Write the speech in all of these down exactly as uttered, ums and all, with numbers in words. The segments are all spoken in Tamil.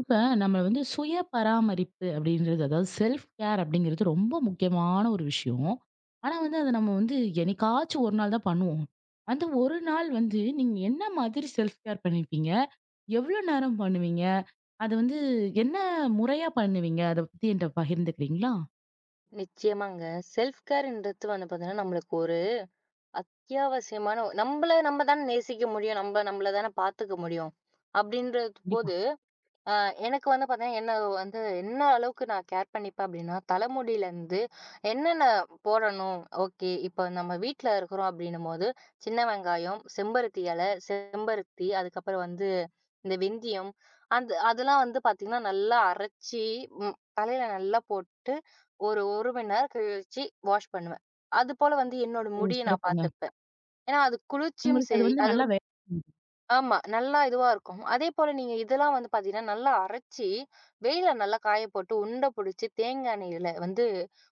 இப்ப நம்ம வந்து சுய பராமரிப்பு அப்படின்றது அதாவது செல்ஃப் கேர் அப்படிங்கிறது ரொம்ப முக்கியமான ஒரு விஷயம். ஆனா வந்து அத நம்ம வந்து என்னைக்காச்சும் ஒரு நாள் தான் பண்ணுவோம். அந்த ஒரு நாள் வந்து நீங்க என்ன மாதிரி செல்ஃப் கேர் பண்ணிப்பீங்க? எவ்வளோ நேரம் பண்ணுவீங்க? அது வந்து என்ன முறையா பண்ணுவீங்க? அத பத்தி என்ட்ட பகிர்ந்துக்கிறீங்களா? நிச்சயமாங்க. செல்ஃப் கேர்ன்றது வந்து பார்த்தீங்கன்னா, நம்மளுக்கு ஒரு அத்தியாவசியமான நம்மள நம்ம தான நேசிக்க முடியும். நம்ம நம்மள தான பார்த்துக்க முடியும். அப்படின்ற கண்டிப்பா. போது, ஆ எனக்கு வந்து பார்த்தீங்கன்னா, என்ன வந்து என்ன அளவுக்கு நான் கேர் பண்ணிப்பேன் அப்டின்னா, தலைமுடியிலருந்து என்னென்ன போடணும்? ஓகே. இப்ப நம்ம வீட்ல இருக்கிறோம் அப்டின்னும்போது, சின்ன வெங்காயம், செம்பருத்தி இலை, செம்பருத்தி, அதுக்கப்புறம் வந்து இந்த வெந்தயம், அந்த அதெல்லாம் வந்து பார்த்தீங்கன்னா, நல்லா அரைச்சி ம் தலையில நல்லா போட்டு, ஒரு 1 மணி நேரம் கழிச்சு வாஷ் பண்ணுவேன். அதுபோல வந்து என்னோட ஓ! முடிய நான் சிறப்புங்க. பார்த்துப்பேன். ஏன்னா, அது குளிர்ச்சியும் உங்களுக்கு அது சரி, வந்து அது நல்லா வேலை செய்யுது. ஆமா. நல்லா இதுவா இருக்கும். அதேபோல நீங்க இதெல்லாம் வந்து பார்த்தீங்கன்னா, நல்லா அரைச்சு, வெயில்ல நல்லா காய போட்டு, உருண்ட புடிச்சு, தேங்கா எண்ணெயில வந்து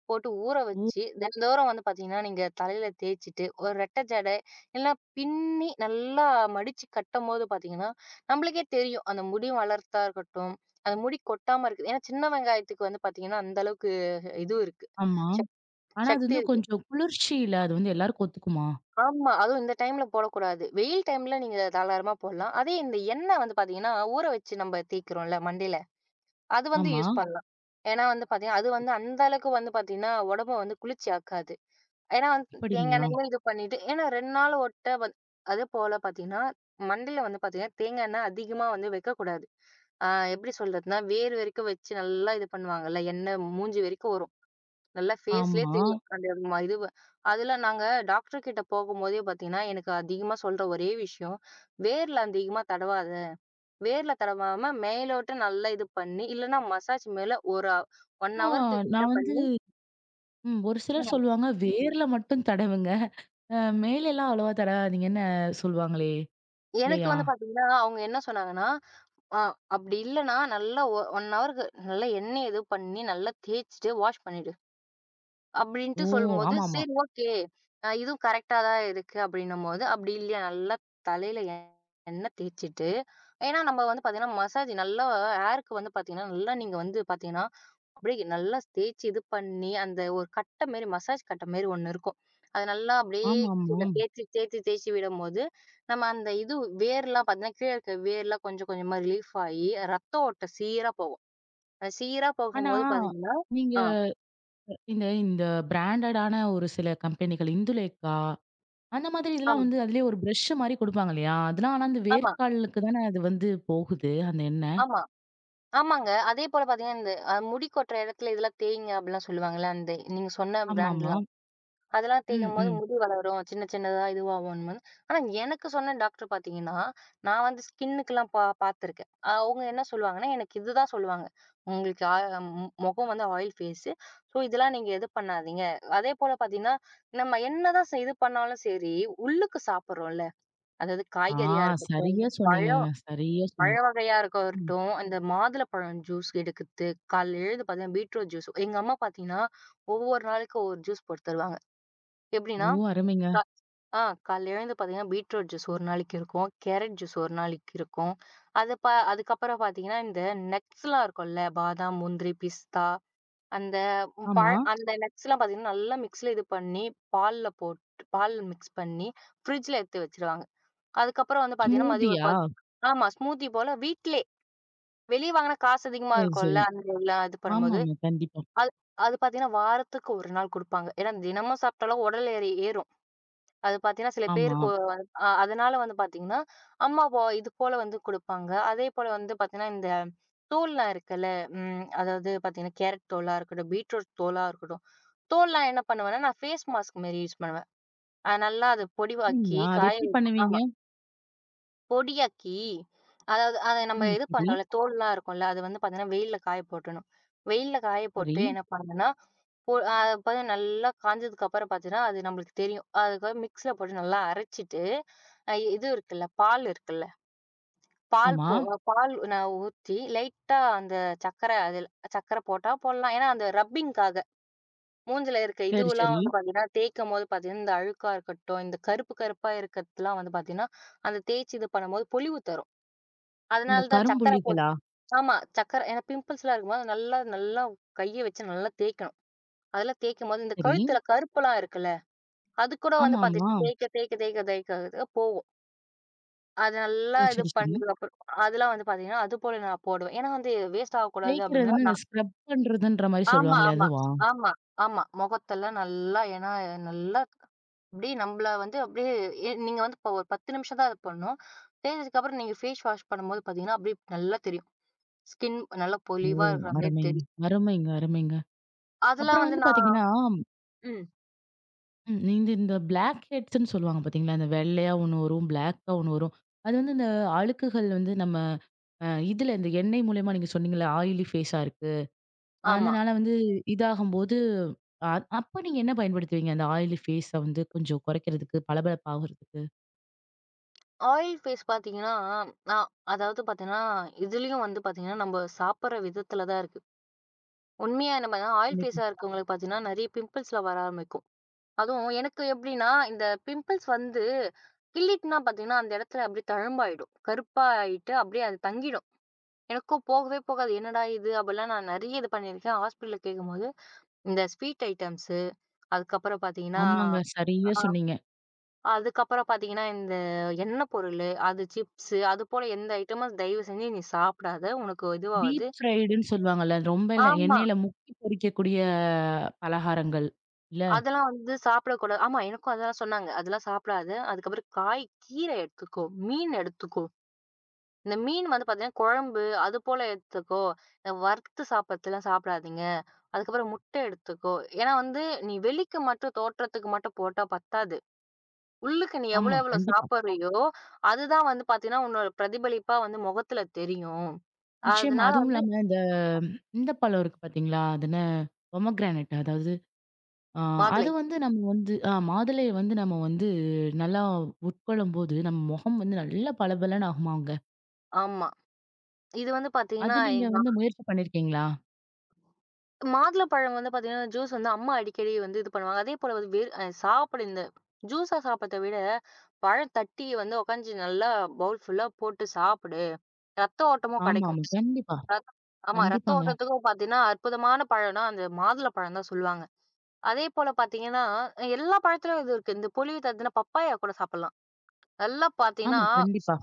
போட்டு ஊற ஓ! வச்சு, தினந்தோறும் வந்து பார்த்தீங்கன்னா, நீங்க தலையில தேய்ச்சுட்டு, ஒரு ரெட்டை ஜடை இல்லன்னா பின்னி நல்லா மடிச்சு கட்டும்போது பார்த்தீங்கன்னா, நம்மளுக்கே தெரியும். அந்த முடி வளர்த்தா இருக்கட்டும், அந்த முடி கொட்டாம இருக்குது. ஏன்னா, சின்ன வெங்காயத்துக்கு வந்து பார்த்தீங்கன்னா, அந்த அளவுக்கு இது இருக்கு. ஆமா. சக் ஆனா அது சக்தி வந்து இருக்கு. கொஞ்சம் குளிர்ச்சியில அது வந்து எல்லாருக்கும் ஒத்துக்குமா? ஆமா. அதுவும் இந்த டைம்ல போடக்கூடாது. வெயில் டைம்ல நீங்க தாராளமா போடலாம். அதே இந்த எண்ணெய் வந்து பார்த்தீங்கன்னா, ஊற வச்சு நம்ம தேய்க்கிறோம்ல மண்டையில, அது வந்து ஆமா. யூஸ் பண்ணலாம். ஏன்னா வந்து பார்த்தீங்கன்னா, அது வந்து அந்த அளவுக்கு வந்து பார்த்தீங்கன்னா, உடம்ப வந்து குளிர்ச்சி ஆக்காது. ஏன்னா வந்து தேங்காய் அப்படிங்களா? எண்ணெயும் இது பண்ணிட்டு ஏன்னா ரெண்டு நாள் ஒட்ட வந் அதேபோல பார்த்தீங்கன்னா, மண்டையில வந்து பார்த்தீங்கன்னா, தேங்காய் எண்ணெய் அதிகமா வந்து வைக்கக்கூடாது. ஆ எப்படி சொல்றதுன்னா, வேர் வரைக்கும் வச்சு நல்லா இது பண்ணுவாங்கல்ல, எண்ணெய் மூஞ்சி வரைக்கும் வரும். நல்லா ஃபேஸ்லயே ஆமா. தெரியும். அந்த ம இது அதில நாங்க டாக்டர் கிட்ட போகும்போதே பார்த்தீங்கன்னா, எனக்கு அதிகமா சொல்ற ஒரே விஷயம், வேர்ல அதிகமா தடவாத. வேர்ல தடவாம மேலோட்ட நல்லா இது பண்ணி, இல்லன்னா மசாஜ் மேல ஒரு 1 ஹவருக்கு அப்புறம் கிட்ட நான் வந்து பண்ணி ம். ஒரு சிலர் ம். சொல்லுவாங்க, வேர்ல மட்டும் தடவுங்க. அ மேலலாம் அவ்வளவா தடவாதீங்கன்னு சொல்லுவாங்களே! எனக்கு இல்லையா? வந்து பார்த்தீங்கன்னா, அவங்க என்ன சொன்னாங்கன்னா, "அ அப்படி இல்லன்னா நல்லா ஒ ஒரு ஹவருக்கு நல்லா எண்ணெய் இது பண்ணி நல்லா தேய்ச்சுட்டு வாஷ் பண்ணிடு." அப்டின்ட்டு ஓ! சொல்லும்போது, ஆமாமா. சரி ஓகே. அ இதுவும் கரெக்ட்டா தான் இருக்கு அப்டின்னும்போது, அப்டி இல்லையா நல்லா தலையில எண்ணெய் தேய்ச்சுட்டு ஏன்னா நம்ம வந்து பார்த்தீங்கன்னா, மசாஜ் நல்லா ஹேருக்கு வந்து பார்த்தீங்கன்னா, நல்லா நீங்க வந்து பார்த்தீங்கன்னா, அப்டியே நல்லா தேய்ச்சு இது பண்ணி, அந்த ஒரு கட்ட மாரி மசாஜ் கட்ட மாரி ஒண்ணு இருக்கும். அது நல்லா அப்டியே கீழ ஆமாமாம். தேய்ச்சு, தேய்ச்சு, தேய்ச்சு விடும்போது, நம்ம அந்த இது வேர்லாம் பார்த்தீங்கன்னா, கீழ இருக்க வேர்லாம் கொஞ்சம் கொஞ்சமா ரிலீஃப் ஆயி, ரத்த ஓட்டம் சீரா போகும். அது சீரா ஆனா, போகும்போது பார்த்தீங்கன்னா நீங்க ஆ இந்த இந்த பிராண்டடான ஒரு சில கம்பெனிகள் இந்துலேக்கா, அந்த மாதிரி இதெல்லாம் ஆமா, வந்து அதிலேயே ஒரு பிரஷ் மாரி குடுப்பாங்க இல்லையா? அதெல்லாம் ஆனா அந்த ஆமா, வேர்க்காலுக்கு தானே அது வந்து போகுது, அந்த எண்ணெய். ஆமா. ஆமாங்க. அதே போல பார்த்தீங்கன்னா, இந்த அ முடி கொட்டுற இடத்துல இதெல்லாம் தேய்ங்க அப்படிலாம் சொல்லுவாங்கல்ல. அந்த நீங்க சொன்ன ஆமாமா. பிராண்ட்லாம். அதெல்லாம் ம், தேய்க்கும்போது ம். முடி வளரும். சின்ன சின்னதா இதுவாகும்ன்னு. ஆனா எனக்கு சொன்ன டாக்டர் பார்த்தீங்கன்னா, நான் வந்து ஸ்கின்னுக்குலாம் பா பார்த்துருக்கேன். அவங்க என்ன சொல்லுவாங்கன்னா, எனக்கு இதுதான் சொல்லுவாங்க. உங்களுக்கு ஆ மு முகம் வந்து ஆயில் ஃபேஸு. ஸோ இதெல்லாம் நீங்க இது பண்ணாதீங்க. அதே போல பார்த்தீங்கன்னா, நம்ம என்னதான் செ இது பண்ணாலும் சரி, உள்ளுக்கு சாப்பிடுறோம்ல. அதாவது ஆ, காய்கறியா இருக்கட்டும், சரியா பழம் சொன்னீங்கங்க. சரியா பழ சொன்னீங்க. வகையா ம். இருக்கட்டும், இந்த மாதுளப்பழம் ஜூஸ் எடுக்குறது, காலைல எழுந்து பார்த்தீங்கன்னா, பீட்ரூட் ஜூஸ் எங்க அம்மா பார்த்தீங்கன்னா, ஒவ்வொரு நாளைக்கு ஒவ்வொரு ஜூஸ் போட்டு தருவாங்க. எப்படின்னா, ஓ! அருமைங்க. கா ஆ காலைல எழுந்து பார்த்தீங்கன்னா, பீட்ரூட் ஜூஸ் ஒரு நாளைக்கு இருக்கும். கேரட் ஜூஸ் ஒரு நாளைக்கு இருக்கும். அது ப அதுக்கப்புறம் பார்த்தீங்கன்னா, இந்த நட்ஸ்லாம் இருக்கும்ல, பாதாம், முந்திரி, பிஸ்தா அந்த பழ ஆமா. அந்த நட்ஸ்லாம் பார்த்தீங்கன்னா, நல்லா மிக்ஸில இது பண்ணி, பால்ல போட்டு பால் மிக்ஸ் பண்ணி, ஃப்ரிட்ஜ்ல எடுத்து வச்சுருவாங்க. அதுக்கப்புறம் வந்து பார்த்தீங்கன்னா, மதியம் ஒரு ஸ்மூதியா? பத் ஆமா. ஸ்மூத்தி போல வீட்லே வெளிய வாங்குனா காசு அதிகமா சரி, இருக்கும்ல. சரி. அந்த எல்லாம் இது பண்ணும்போது. ஆமாமா. கண்டிப்பா. அது அது பார்த்தீங்கன்னா, வாரத்துக்கு ஒரு நாள் குடுப்பாங்க. ஏன்னா, தினமும் சாப்பிட்டாலும் உடல் ஏறி ஏறும். அது பார்த்தீங்கன்னா, சில ஆமா. பேருக்கு ஒ- அ அதனால வந்து பார்த்தீங்கன்னா, அம்மா போ இது போல வந்து குடுப்பாங்க. அதேபோல வந்து பார்த்தீங்கன்னா, இந்த தோல்லாம் இருக்குல்ல. ம் அதாவது பார்த்தீங்கன்னா, கேரட் தோலா இருக்கட்டும், பீட்ரூட் தோலா இருக்கட்டும். தோல்லாம் என்ன பண்ணுவேன்னா, நான் ஃபேஸ் மாஸ்க் மாரி யூஸ் பண்ணுவேன். அ நல்லா அது பொடிவாக்கி அப்படிங்களா? அது காய எப்படி பண்ணுவீங்க? வைப்பேன். பொடியாக்கி, அதாவது அத நம்ம ம். இது அ. சரி, பண்றோம்ல, தோல்லாம் இருக்கும்ல, அது வந்து பார்த்தீங்கன்னா, வெயில்ல காய போட்டுறணும். வெயில்ல காய சரி. போட்டு என்ன பண்ணணும்னா, பொ அ பார்த்தீங்கன்னா நல்லா காஞ்சதுக்கு அப்புறம் பார்த்தீங்கன்னா, அது நம்மளுக்கு தெரியும். அதுக்காக மிக்ஸில போட்டு நல்லா அரைச்சிட்டு, அ இது இருக்குல்ல, பால் இருக்குல்ல, பால் ஆமா. போ அஹ் பால் நான் ஊத்தி லைட்டா அந்த சர்க்கரை அதில சர்க்கரை போட்டா போடலாம். ஏன்னா அந்த ரப்பிங்க்காக. மூஞ்சில இருக்க சரி, இதுவெல்லாம் சரி. வந்து பார்த்தீங்கன்னா, தேய்க்கும்போது பார்த்தீங்கன்னா, இந்த அழுக்கா இருக்கட்டும், இந்த கருப்பு கருப்பா இருக்கிறதுலாம் வந்து பார்த்தீங்கன்னா, அந்த தேய்ச்சு இது பண்ணும்போது பொலிவு தரும். இந்த அதனால தான் சக்கரை போட் கரும்புள்ளிகளா? ஆமா. சக்கரை ஏன்னா பிம்பிள்ஸ்லாம் இருக்கும்போது நல்லா நல்லா கைய வச்சு நல்லா தேய்க்கணும். அதெல்லாம் தேய்க்கும்போது இந்த சரி. கழுத்துல கருப்பெல்லாம் இருக்குல்ல, அது கூட வந்து ஆமாமா. பாத்தீங்கன்னா தேய்க்க தேய்க்க தேய்க்க தேய்க்க போகும். அது நல்லா ஓ! இது சரி, சரி. பண்ணதுக்கு அப்புறம் அதெல்லாம் வந்து பாத்தீங்கன்னா, அது போல நான் போடுவேன். ஏன்னா வந்து வேஸ்ட் ஆகக்கூடாது தேய்க்கிறதுன்னா, அப்படின்லாம் இந்த நான் ஸ்க்ரப் பண்றதுன்ற மாரி ஆமா, சொல்லுவாங்களே ஆமா, அதுவா? ஆமா, ஆமா. முகத்தெல்லாம் நல்லா ஏன்னா நல்லா அப்படியே நம்மள வந்து அப்படியே எ நீங்க வந்து இப்போ ஒரு பத்து நிமிஷம் தான் அது பண்ணணும். தேய்ச்சதுக்கப்புறம் நீங்க ஃபேஸ் வாஷ் பண்ணும்போது பாத்தீங்கன்னா, அப்படியே நல்லா தெரியும். ஸ்கின் நல்லா ஓ! பொலிவா இருக்கிற மாரி அருமைங்க. தெரியும். அருமைங்க, அருமைங்க. அதெல்லாம் அப்புறம் வந்து வந்து நான் பார்த்தீங்கன்னா, ம். ம் இந்த இந்த பிளாக் ஹெட்ஸ்ன்னு சொல்லுவாங்க பார்த்தீங்களா? இந்த வெள்ளையா ஒண்ணு வரும், பிளாக்கா ஒண்ணு வரும். அது வந்து இந்த அழுக்குகள் வந்து நம்ம அ இதுல இந்த எண்ணெய் மூலியமா நீங்க சொன்னீங்கல்ல, ஆயிலி ஃபேஸா இருக்கு. ஆமா. அதனால வந்து இதாகும்போது, அ அப்ப நீங்க என்ன பயன்படுத்துவீங்க? அந்த ஆயிலி ஃபேஸ வந்து கொஞ்சம் குறைக்கிறதுக்கு, பளபளப்பாகறதுக்கு? ஆயில் ஃபேஸ் பார்த்தீங்கன்னா, நான் அதாவது பார்த்தீங்கன்னா, இதுலயும் வந்து பார்த்தீங்கன்னா, நம்ப சாப்பிடுற விதத்துல தான் இருக்கு. உண்மையா நம்ம ஆயில் கண்டிப்பா. ஃபேஸா இருக்கவங்களுக்கு பார்த்தீங்கன்னா, நெறைய பிம்பிள்ஸ்லாம் வர ஆரம்பிக்கும். அதுவும் எனக்கு எப்படின்னா, இந்த பிம்பிள்ஸ் வந்து கிள்ளிட்டனா பார்த்தீங்கன்னா, அந்த இடத்துல அப்படியே தழும்பாயிடும். கருப்பா ஆயிட்டு அப்படியே அது தங்கிடும். எனக்கும் போகவே போகாது. என்னடா இது? அப்படிலாம் நான் நெறைய இது பண்ணியிருக்கேன். ஹாஸ்பிட்டல்ல கேட்கும்போது, இந்த ஸ்வீட் ஐட்டம்ஸு, அதுக்கப்புறம் பார்த்தீங்கன்னா ஆமாங்க. சரியா சொன்னீங்க. அதுக்கப்புறம் பார்த்தீங்கன்னா, இந்த எண்ணெய் பொருளு, அது சிப்ஸு, அதுபோல எந்த ஐட்டமும் தயவு செஞ்சு நீ சாப்பிடாத. உனக்கு இதுவாவது டீப் ஃப்ரைடுன்னு சொல்லுவாங்கல்ல. ரொம்ப இல்ல ஆமா. எண்ணெயில முக்கி பொரிக்கக்கூடிய பலகாரங்கள் இல்ல? அதெல்லாம் வந்து சாப்பிடக்கூடாது. ஆமா, எனக்கும் அதெல்லாம் சொன்னாங்க. அதெல்லாம் சாப்பிடாத. அதுக்கப்புறம் காய், கீரை எடுத்துக்கோ. மீன் எடுத்துக்கோ. இந்த மீன் வந்து பார்த்தீங்கன்னா, குழம்பு அதுபோல எடுத்துக்கோ. இந்த வறுத்து சாப்பிடறதெல்லாம் சாப்பிடாதீங்க. அதுக்கப்புறம் முட்டை எடுத்துக்கோ. ஏன்னா வந்து, நீ வெளிக்கு மட்டும் தோற்றத்துக்கு மட்டும் போட்டா பத்தாது. உள்ளுக்கு நீ எவ்வளோ ஆமா, எவ்வளோ கண்டிப்பா. சாப்பிடுறியோ, அதுதான் வந்து பார்த்தீங்கன்னா, உன்னோட பிரதிபலிப்பா வந்து முகத்துல தெரியும். நிச்சயமா. அதனால அதுவும் வந்து இல்லாம இந்த இந்த பழம் இருக்கு பார்த்தீங்களா? அது என்ன? பொமோகிரானேட் அதாவது அ மாதுளை. அது வந்து நம்ம வந்து அ மாதுளைய வந்து நம்ம வந்து நல்லா உட்கொள்ளும்போது, நம்ம முகம் வந்து நல்லா பளபளன்னு ஆகுமாங்க. ஆமா. இது வந்து அது பார்த்தீங்கன்னா, நீங்க எங்க வந்து அம்மா- முயற்சி பண்ணியிருக்கீங்களா? மாதுளை பழம் வந்து பார்த்தீங்கன்னா, ஜூஸ் வந்து அம்மா அடிக்கடி வந்து இது பண்ணுவாங்க. அதேபோல வந்து வேறு அ சாப்பிட இந்த ஜூஸா சாப்பிடறத விட, பழம் தட்டி வந்து உக்காஞ்சு நல்லா பவுல் ஃபுல்லா போட்டு சாப்பிடு. ரத்த ஓட்டமும் கெடைக்கும். ஆமாமா. கண்டிப்பா, ரத் ஆமா. ரத்த கண்டிப்பாங்க. ஓட்டத்துக்கும் பார்த்தீங்கன்னா, அற்புதமான பழம்னா அந்த மாதுளை பழம் தான் சொல்லுவாங்க. அதே போல பார்த்தீங்கன்னா, எல்லா பழத்துலயும் இது இருக்கு. இந்த பொலிவு தருதுன்னா பப்பாயா கூட சாப்பிடலாம். நல்லா பார்த்தீங்கன்னா, ஆமா, கண்டிப்பா.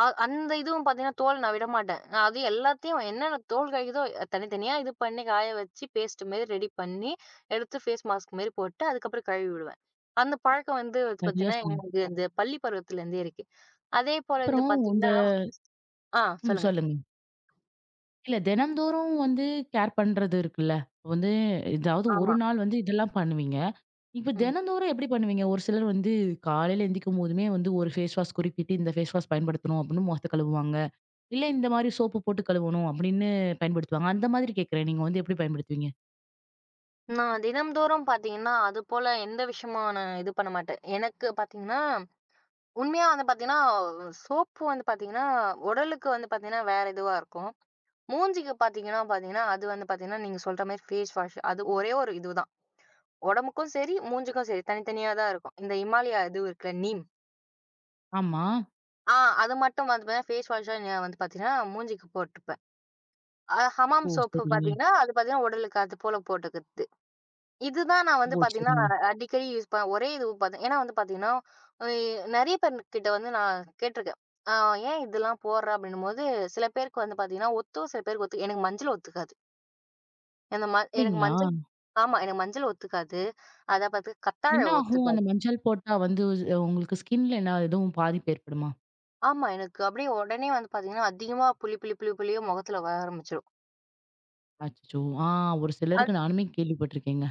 அ அந்த இதுவும் பார்த்தீங்கன்னா, தோல் நான் விடமாட்டேன். நான் அது எல்லாத்தையும் என்னென்ன தோல் கிடைக்குதோ அ, தனித்தனியா இது பண்ணி காய வச்சு பேஸ்ட் மாரி ரெடி பண்ணி, எடுத்து ஃபேஸ் மாஸ்க் மாரி போட்டு அதுக்கப்புறம் கழுவி விடுவேன். அந்த பழக்கம் வந்து சரியா பார்த்தீங்கன்னா, சொன்னீங்க. எனக்கு இந்த பள்ளி பருவத்திலேருந்தே இருக்கு. அதே போல வந்து அப்புறம் இந்த பார்த்தீங்கன்னா ஆ ம் சொல்லுங்க. சொல்லுங்க. இல்ல தினந்தோறும் வந்து கேர் பண்றது இருக்குல்ல. வந்து ஏதாவது ஒரு ஆமா. நாள் வந்து இதெல்லாம் பண்ணுவீங்க. இப்ப ம். தினந்தோறும் எப்படி பண்ணுவீங்க? ஒரு சிலர் வந்து காலையில எந்திரிக்கும் போதுமே வந்து ஒரு ஃபேஸ் வாஷ் குறிப்பிட்டு இந்த ஃபேஸ் வாஷ் பயன்படுத்தணும் அப்படின்னு முகத்த கழுவுவாங்க. இல்ல இந்த மாதிரி சோப்பு போட்டு கழுவணும் அப்படின்னு பயன்படுத்துவாங்க. அந்த மாதிரி கேட்கிறேன். நீங்க வந்து எப்படி பயன்படுத்துவீங்க? நான் தினம்தோறும் பார்த்தீங்கன்னா, அது போல எந்த விஷயமும் நான் இது பண்ண மாட்டேன். எனக்கு பார்த்தீங்கன்னா உண்மையா வந்து பார்த்தீங்கன்னா, சோப்பு வந்து பார்த்தீங்கன்னா, உடலுக்கு வந்து பார்த்தீங்கன்னா, வேற இதுவா இருக்கும். மூஞ்சிக்கு பார்த்தீங்கன்னா பார்த்தீங்கன்னா, அது வந்து பார்த்தீங்கன்னா, நீங்க சொல்ற மாரி ஃபேஸ் வாஷ். அது ஒரே ஒரு இதுதான். உடம்புக்கும் சரி, மூஞ்சிக்கும் சரி தனித்தனியா தான் இருக்கும். இந்த ஹிமாலயா இது இருக்குல்ல நீம். ஆமா. ஆ அது மட்டும் வந்து பார்த்தீங்கன்னா, ஃபேஸ் வாஷ்ஷா நான் வந்து பார்த்தீங்கன்னா, மூஞ்சிக்கு போட்டுப்பேன். அ ஹமாம் ஓ! சோப்பு சரிங்க. பார்த்தீங்கன்னா, அது பார்த்தீங்கன்னா, உடலுக்கு அது போல போட்டுக்கிறது. இதுதான் நான் வந்து ஓ! பார்த்தீங்கன்னா, சரிங்க. அடிக்கடி யூஸ் ப ஒரே இது பாத்தேன். ஏன்னா வந்து பார்த்தீங்கன்னா, எ நெறைய பேர்கிட்ட வந்து நான் கேட்டுருக்கேன். "அ ஏன் இதெல்லாம் போடுற?" அப்படின்னும்போது, சில பேருக்கு வந்து பார்த்தீங்கன்னா, ஒத்தும். சில பேருக்கு ஒத்து எனக்கு மஞ்சள் ஒத்துக்காது. அந்த ம எனக்கு அப்படிங்களா? மஞ்சள் ஆமா. எனக்கு மஞ்சள் ஒத்துக்காது. அத பாத்து கத்தாழ என்ன ஆகும்? அந்த ஒத்துக்காது. மஞ்சள் போட்டா வந்து உங்களுக்கு ஸ்கின்ல என்ன எதுவும் பாதிப்பு ஏற்படுமா? ஆமா. எனக்கு அப்படியே உடனே வந்து பார்த்தீங்கன்னா, அதிகமா புளி புளி புளி புளியே முகத்துல வர ஆரம்பிச்சுரும். அச்சச்சோ! ஆ, ஒரு அது சிலருக்கு நானுமே கேள்விப்பட்டுருக்கேங்க.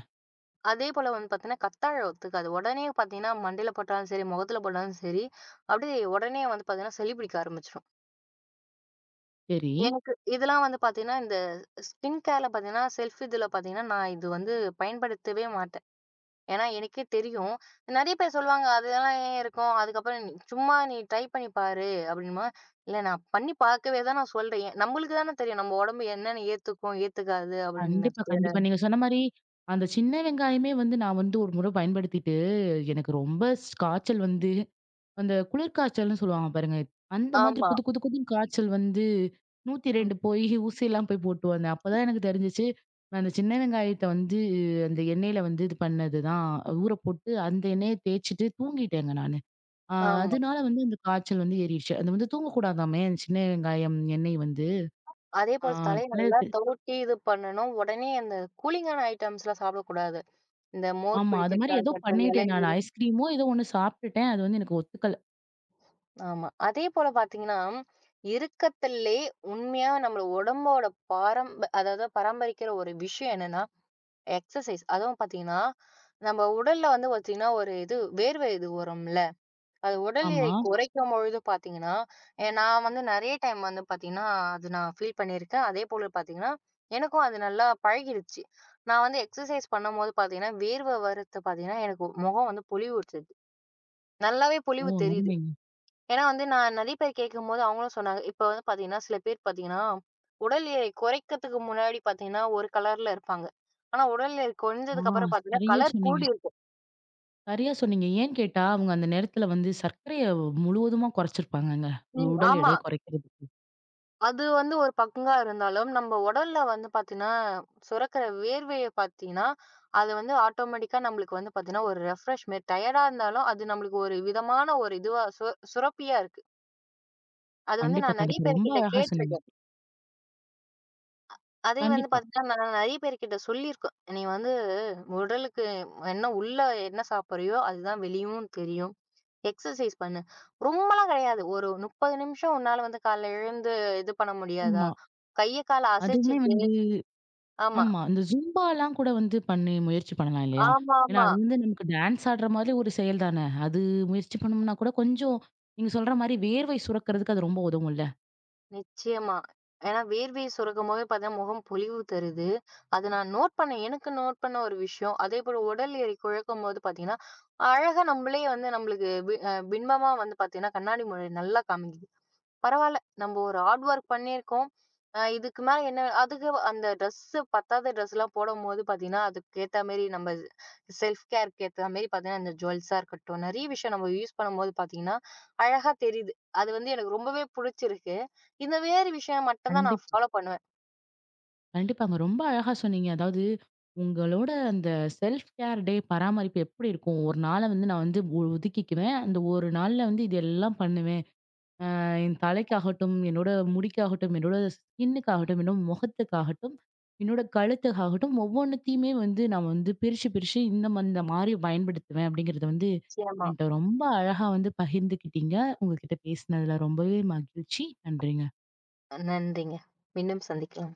அதேபோல வந்து பார்த்தீங்கன்னா, கத்தாழ ஒத்துக்காது. உடனே பார்த்தீங்கன்னா, மண்டையில போட்டாலும் சரி, முகத்துல போட்டாலும் சரி, அப்படியே உடனே வந்து பார்த்தீங்கன்னா, சளி பிடிக்க ஆரம்பிச்சுரும். சரி. எனக்கு இதெல்லாம் வந்து பார்த்தீங்கன்னா, இந்த ஸ்கின் கேர்ல பார்த்தீங்கன்னா, செல்ஃப் இதுல பார்த்தீங்கன்னா, நான் இது வந்து பயன்படுத்தவே மாட்டேன். ஏன்னா, எனக்கே தெரியும். நெறைய பேர் சொல்லுவாங்க, "அதெல்லாம் ஏன் இருக்கும்? அதுக்கப்புறம் நீ சும்மா நீ ட்ரை பண்ணி பாரு" அப்படின்பா. இல்ல நான் பண்ணி பார்க்கவே தான் நான் சொல்றேன். என் நம்மளுக்கு தானே தெரியும். நம்ம உடம்பு என்னென்ன ஏத்துக்கும், ஏத்துக்காது கண்டிப்பா, அப்படின்னுட்டு. கண்டிப்பா. நீங்க சொன்ன மாரி, அந்த சின்ன வெங்காயமே வந்து நான் வந்து ஒரு முறை பயன்படுத்திட்டு, எனக்கு ரொம்ப ஸ் காய்ச்சல் வந்து அந்த குளிர் காய்ச்சல்னு சொல்லுவாங்க பாருங்க. அந்த மாதிரி ஆமா. குது குது குதுன்னு காய்ச்சல் வந்து நூற்று இரண்டு ம். போய் ஊசிலாம் போய் போட்டு வந்தேன். அப்பதான் எனக்கு தெரிஞ்சுச்சு. நான் அந்த சின்ன வெங்காயத்த வந்து அந்த எண்ணெயில வந்து இது பண்ணது தான். ஊற போட்டு அந்த எண்ணெய தேய்ச்சுட்டு தூங்கிட்டேங்க நானு. ஆ, ஆமா. அதனால வந்து அந்த காய்ச்சல் வந்து ஏறிடுச்சு. அது வந்து தூங்கக்கூடாதாமே, அந்த சின்ன வெங்காயம் எண்ணெய் வந்து. ஆ, அதேபோல தலைய தலையில நல்லா தே தவுட்டி இது பண்ணணும். உடனே அந்த கூலிங்கான ஐட்டம்ஸ்லாம் சாப்பிடக்கூடாது. இந்த மோர் ஆமா. அது மாரி குடிக்கிறதா ஏதோ இருக்கட்டும், பண்ணிட்டேன் நான். இளநீர் ஐஸ்கிரீமோ ஏதோ ஒண்ணு சாப்பிட்டுட்டேன். அது வந்து எனக்கு ஒத்துக்கல. ஆமா. அதேபோல பார்த்தீங்கன்னா, இருக்கத்திலே உண்மையா நம்ம உடம்போட பாரம்ப அதாவது பராமரிக்கிற ஒரு விஷயம் என்னன்னா, எக்ஸர்சைஸ். அதுவும் பார்த்தீங்கன்னா, நம்ம உடல்ல வந்து பார்த்தீங்கன்னா, ஒரு இது வேர்வை இது வரும்ல. அது உடல் எடை ஆமா. குறைக்கும் பொழுது பார்த்தீங்கன்னா, எ நான் வந்து நெறைய டைம் வந்து பார்த்தீங்கன்னா, அது நான் ஃபீல் பண்ணியிருக்கேன். அதேபோல பார்த்தீங்கன்னா, எனக்கும் அது நல்லா பழகிடுச்சு. நான் வந்து எக்ஸர்சைஸ் பண்ணும்போது பார்த்தீங்கன்னா, வேர்வை வர்றது பார்த்தீங்கன்னா, எனக்கு முகம் வந்து பொலிவுறுத்துது. நல்லாவே ஓ! பொலிவு தெரியுது. அருமைங்க. ஏன்னா வந்து நான் நெறைய பேர் கேட்கும்போது அவங்களும் சொன்னாங்க. இப்ப வந்து பார்த்தீங்கன்னா, சில பேர் பார்த்தீங்கன்னா, உடல் எடை குறைக்கிறதுக்கு முன்னாடி பார்த்தீங்கன்னா, ஒரு கலர்ல இருப்பாங்க. ஆனா உடல் எடை ஆ, குறைஞ்சதுக்கு அப்புறம் பார்த்தீங்கன்னா, சரியா கலர் சொன்னீங்க. கூடி இருக்கும். சரியா சொன்னீங்க. ஏன்னு கேட்டா, அவங்க அந்த நேரத்துல வந்து சர்க்கரைய முழுவதுமா குறைச்சிருப்பாங்கங்க. ம். உடல் ஆமா. எடை குறைக்கிறது. அது வந்து ஒரு பங்கா இருந்தாலும், நம்ம உடல்ல வந்து பார்த்தீங்கன்னா, சுரக்கிற வேர்வைய பார்த்தீங்கன்னா, அது வந்து ஆட்டோமேட்டிக்கா நம்மளுக்கு வந்து பார்த்தீங்கன்னா, ஒரு ரெஃப்ரெஷ் மாரி டயர்டா இருந்தாலும், அது நம்மளுக்கு ஒரு விதமான ஒரு இதுவா சு சுரப்பியா இருக்கு. அது வந்து கண்டிப்பா, நான் நெறைய கண்டிப்பா. ரொம்ப பேர்கிட்ட அழகா சொன்னீங்க. கேட்டுருக்கேன். அதே வந்து கண்டிப்பா. பார்த்தீங்கன்னா, நான் நெறைய பேர்கிட்ட சொல்லியிருக்கேன். "நீ வந்து உடலுக்கு என்ன உள்ள என்ன சாப்பிடுறியோ, அதுதான் வெளியவும் தெரியும். எக்ஸர்சைஸ் பண்ணு." ரொம்பலாம் கிடையாது. ஒரு முப்பது நிமிஷம் உன்னால வந்து காலைல எழுந்து இது பண்ண முடியாதா? ஆமா. கைய கால அதுவுமே அசைச்சுட்டு வந்து ஆமா. ஆமா. இந்த ஜும்பாலாம் கூட வந்து பண்ணி முயற்சி பண்ணலாம் இல்லையா? ஏன்னா, ஆமாமா. அது வந்து நமக்கு டான்ஸ் ஆடுற மாதிரி ஒரு செயல் தானே. அது முயற்சி பண்ணோம்னா கூட கொஞ்சம் நீங்க சொல்ற மாரி வேர்வை சுரக்கிறதுக்கு அது ரொம்ப உதவும்ல. நிச்சயமா. ஏன்னா வேர்வைய சுரக்கும்போது பார்த்தீங்கன்னா, முகம் பொலிவு தருது. அது நான் நோட் பண்ணேன். எனக்கு நோட் பண்ண ஒரு விஷயம். அதேபோல உடல் எடை குறைக்கும்போது பார்த்தீங்கன்னா, அழகா நம்மளே வந்து நம்மளுக்கு பி அ பின்பமா வந்து பார்த்தீங்கன்னா, கண்ணாடி முன்னாடி நல்லா காமிக்குது. பரவால்ல. நம்ப ஒரு ஹார்ட் ஒர்க் பண்ணியிருக்கோம். அ இதுக்கு மேல என்ன அதுக்கு அந்த ட்ரெஸ்ஸு பத்தாத ட்ரெஸ்லாம் போடம்போது பார்த்தீங்கன்னா, அதுக்கு ஏத்த மாரி நம்ம செல்ஃப் கேருக்கு ஏத்த மாரி பார்த்தீங்கன்னா, இந்த ஜுவல்ஸா இருக்கட்டும், நெறைய விஷயம் நம்ம யூஸ் பண்ணும்போது பார்த்தீங்கன்னா, அழகா தெரியுது. அது வந்து எனக்கு ரொம்பவே புடிச்சிருக்கு. இந்த வேறு விஷயம் மட்டும் தான் நான் கண்டிப்பா. ஃபாலோ பண்ணுவேன். கண்டிப்பாங்க. ரொம்ப அழகா சொன்னீங்க. அதாவது உங்களோட அந்த செல்ஃப் கேர் டே பராமரிப்பு எப்படி இருக்கும்? ஒரு நாள வந்து நான் வந்து ஒ ஒதுக்கிக்குவேன். அந்த ஒரு நாள்ல வந்து இதெல்லாம் பண்ணுவேன். ஆஹ் என் தலைக்காகட்டும், என்னோட முடிக்காகட்டும், என்னோட ஸ்கின்னுக்காகட்டும், என்னோட முகத்துக்காகட்டும், என்னோட கழுத்துக்காகட்டும் ஒவ்வொன்னுத்தையுமே வந்து நான் வந்து பிரிச்சு, பிரிச்சு இந்த ம இந்த மாரி பயன்படுத்துவேன் அப்படிங்கிறத வந்து நிச்சயமா. என்ட்ட ரொம்ப அழகா வந்து பகிர்ந்துக்கிட்டீங்க. உங்ககிட்ட பேசினதுல ரொம்பவே மகிழ்ச்சி. நன்றிங்க. நன்றிங்க. மீண்டும் சந்திக்கலாம்.